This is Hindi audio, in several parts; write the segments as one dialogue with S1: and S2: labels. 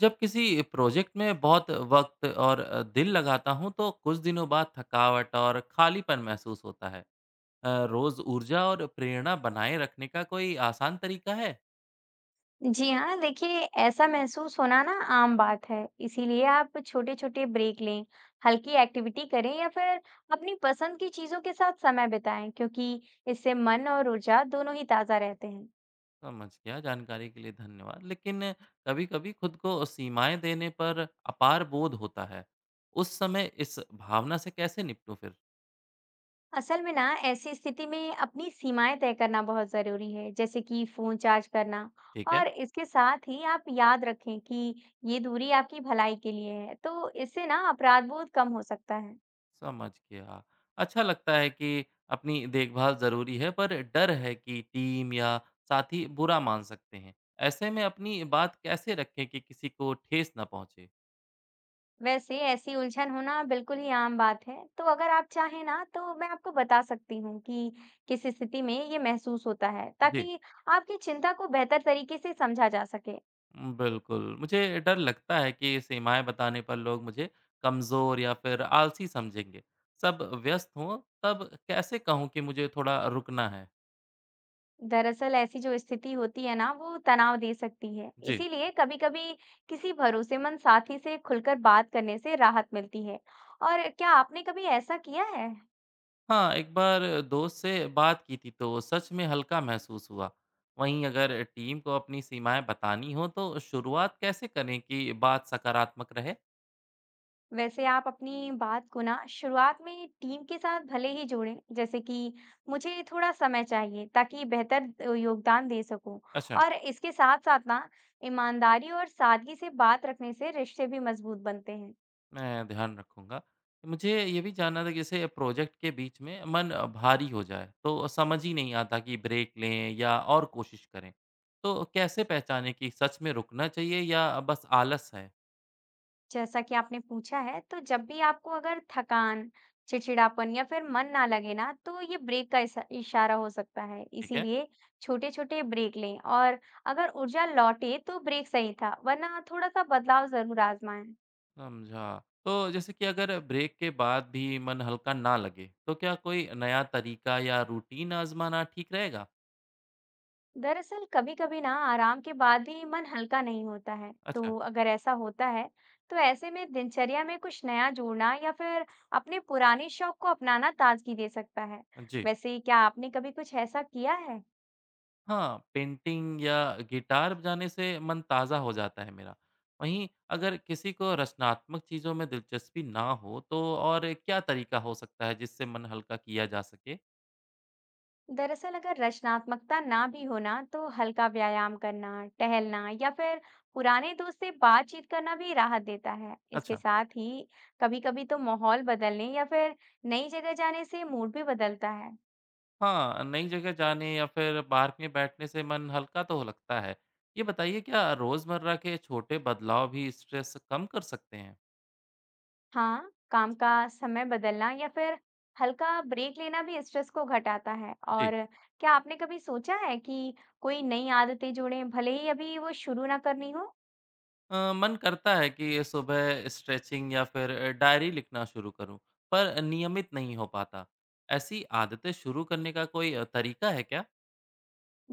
S1: जब किसी प्रोजेक्ट में बहुत वक्त और दिल लगाता हूँ तो कुछ दिनों बाद थकावट और खालीपन महसूस होता है। रोज ऊर्जा और प्रेरणा बनाए रखने का कोई आसान तरीका है।
S2: जी हाँ, देखिए ऐसा महसूस होना ना आम बात है। इसीलिए आप छोटे-छोटे ब्रेक लें, हल्की एक्टिविटी करें या फिर अपनी पसंद की चीज़ों के साथ समय बिताएं, क्योंकि इससे मन और ऊर्जा दोनों ही ताज़ा रहते हैं।
S1: समझ गया जानकारी के लिए धन्यवाद लेकिन कभी-कभी खुद को सीमाएं देने पर अपार बोध होता है। उस समय इस भावना से कैसे निपटूं फिर।
S2: असल में ना ऐसी स्थिति में अपनी सीमाएं तय करना बहुत ज़रूरी है, जैसे कि फ़ोन चार्ज करना।
S1: ठीक है।
S2: और इसके साथ ही आप याद रखें कि ये दूरी आपकी भलाई के लिए है, तो इससे ना अपराध बोध कम हो सकता है।
S1: समझ गया। अच्छा लगता है कि अपनी देखभाल ज़रूरी है, पर डर है कि टीम या साथी बुरा मान सकते हैं। ऐसे में अपनी बात कैसे रखें कि किसी को ठेस ना पहुँचे?
S2: वैसे ऐसी उलझन होना बिल्कुल ही आम बात है। तो अगर आप चाहें ना, तो मैं आपको बता सकती हूँ कि किस स्थिति में ये महसूस होता है,
S1: जी।
S2: ताकि आपकी चिंता को बेहतर तरीके से समझा जा सके।
S1: बिल्कुल। मुझे डर लगता है कि सीमाएँ बताने पर लोग मुझे कमज़ोर या फिर आलसी समझेंगे। सब व्यस्त हों, तब कैसे कहूँ कि मुझे थोड़ा रुकना है?
S2: दरअसल ऐसी जो स्थिति होती है ना, वो तनाव दे सकती है।
S1: जी।
S2: इसीलिए कभी-कभी किसी भरोसेमंद साथी से खुलकर बात करने से राहत मिलती है। और क्या आपने कभी ऐसा किया है?
S1: हाँ, एक बार दोस्त से बात की थी तो सच में हल्का महसूस हुआ। वहीं अगर टीम को अपनी सीमाएं बतानी हो तो शुरुआत कैसे करें कि बात सकारात्मक रहे?
S2: वैसे आप अपनी बात को ना शुरुआत में टीम के साथ भले ही जोड़ें, जैसे कि मुझे थोड़ा समय चाहिए, ताकि बेहतर योगदान दे सकूं।
S1: अच्छा।
S2: और इसके साथ साथ ना, ईमानदारी और सादगी से बात रखने से रिश्ते भी मजबूत बनते हैं।
S1: मैं ध्यान रखूंगा। मुझे ये भी जानना था कि जैसे प्रोजेक्ट के बीच में मन भारी हो जाए तो समझ ही नहीं आता कि ब्रेक लें या और कोशिश करें। तो कैसे पहचाने कि सच में रुकना चाहिए या बस आलस है?
S2: जैसा कि आपने पूछा है, तो जब भी आपको अगर थकान, चिड़चिड़ापन या फिर मन ना लगे ना, तो ये ब्रेक का इशारा हो सकता है।
S1: ठीक है?
S2: इसीलिए छोटे-छोटे ब्रेक लें, और अगर ऊर्जा लौटे तो ब्रेक सही था, वरना थोड़ा सा बदलाव जरूर आजमाएं।
S1: समझा। तो जैसे कि अगर ब्रेक के बाद भी मन हल्का ना लगे, तो क्या कोई नया तरीका या रूटीन आज़माना ठीक रहेगा?
S2: दरअसल कभी कभी ना आराम के बाद भी मन हल्का नहीं होता है। तो
S1: अच्छा,
S2: अगर ऐसा होता है, तो ऐसे में दिनचर्या में कुछ नया जोड़ना या फिर अपने पुराने शौक को अपनाना ताजगी दे सकता है।
S1: जी।
S2: वैसे क्या आपने कभी कुछ ऐसा किया है?
S1: हाँ, पेंटिंग या गिटार बजाने से मन ताज़ा हो जाता है मेरा। वहीं अगर किसी को रचनात्मक चीज़ों में दिलचस्पी ना हो, तो और क्या तरीका हो सकता है जिससे मन हल्का किया जा सके?
S2: दरअसल अगर रचनात्मकता ना भी होना, तो हल्का व्यायाम करना, टहलना या फिर पुराने दोस्त से बातचीत करना भी राहत देता है। इसके
S1: अच्छा।
S2: साथ ही कभी कभी तो माहौल बदलने या फिर नई जगह जाने से मूड भी बदलता है।
S1: हाँ, नई जगह जाने या फिर पार्क में बैठने से मन हल्का तो लगता है। ये बताइए क्या रोज़मर्रा के छोटे बदलाव भी स्ट्रेस कम कर सकते हैं?
S2: हाँ, काम का समय बदलना या फिर हल्का ब्रेक लेना भी स्ट्रेस को घटाता है।
S1: जी।
S2: और क्या आपने कभी सोचा है कि कोई नई आदतें जोड़ें, भले ही अभी वो शुरू ना करनी हो?
S1: मन करता है कि सुबह स्ट्रेचिंग या फिर डायरी लिखना शुरू करूँ, पर नियमित नहीं हो पाता। ऐसी आदतें शुरू करने का कोई तरीका है क्या?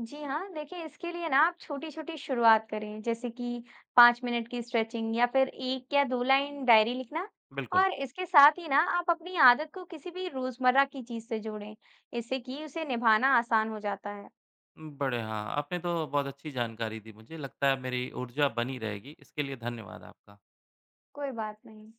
S2: जी हाँ, देखिए इसके लिए ना आप छोटी छोटी शुरुआत करें, जैसे कि 5 मिनट की स्ट्रेचिंग या फिर 1 या 2 लाइन डायरी लिखना।
S1: बिल्कुल।
S2: और इसके साथ ही ना आप अपनी आदत को किसी भी रोजमर्रा की चीज से जोड़ें, इससे कि उसे निभाना आसान हो जाता है।
S1: बड़े हाँ, आपने तो बहुत अच्छी जानकारी दी मुझे। लगता है मेरी ऊर्जा बनी रहेगी। इसके लिए धन्यवाद आपका।
S2: कोई बात नहीं।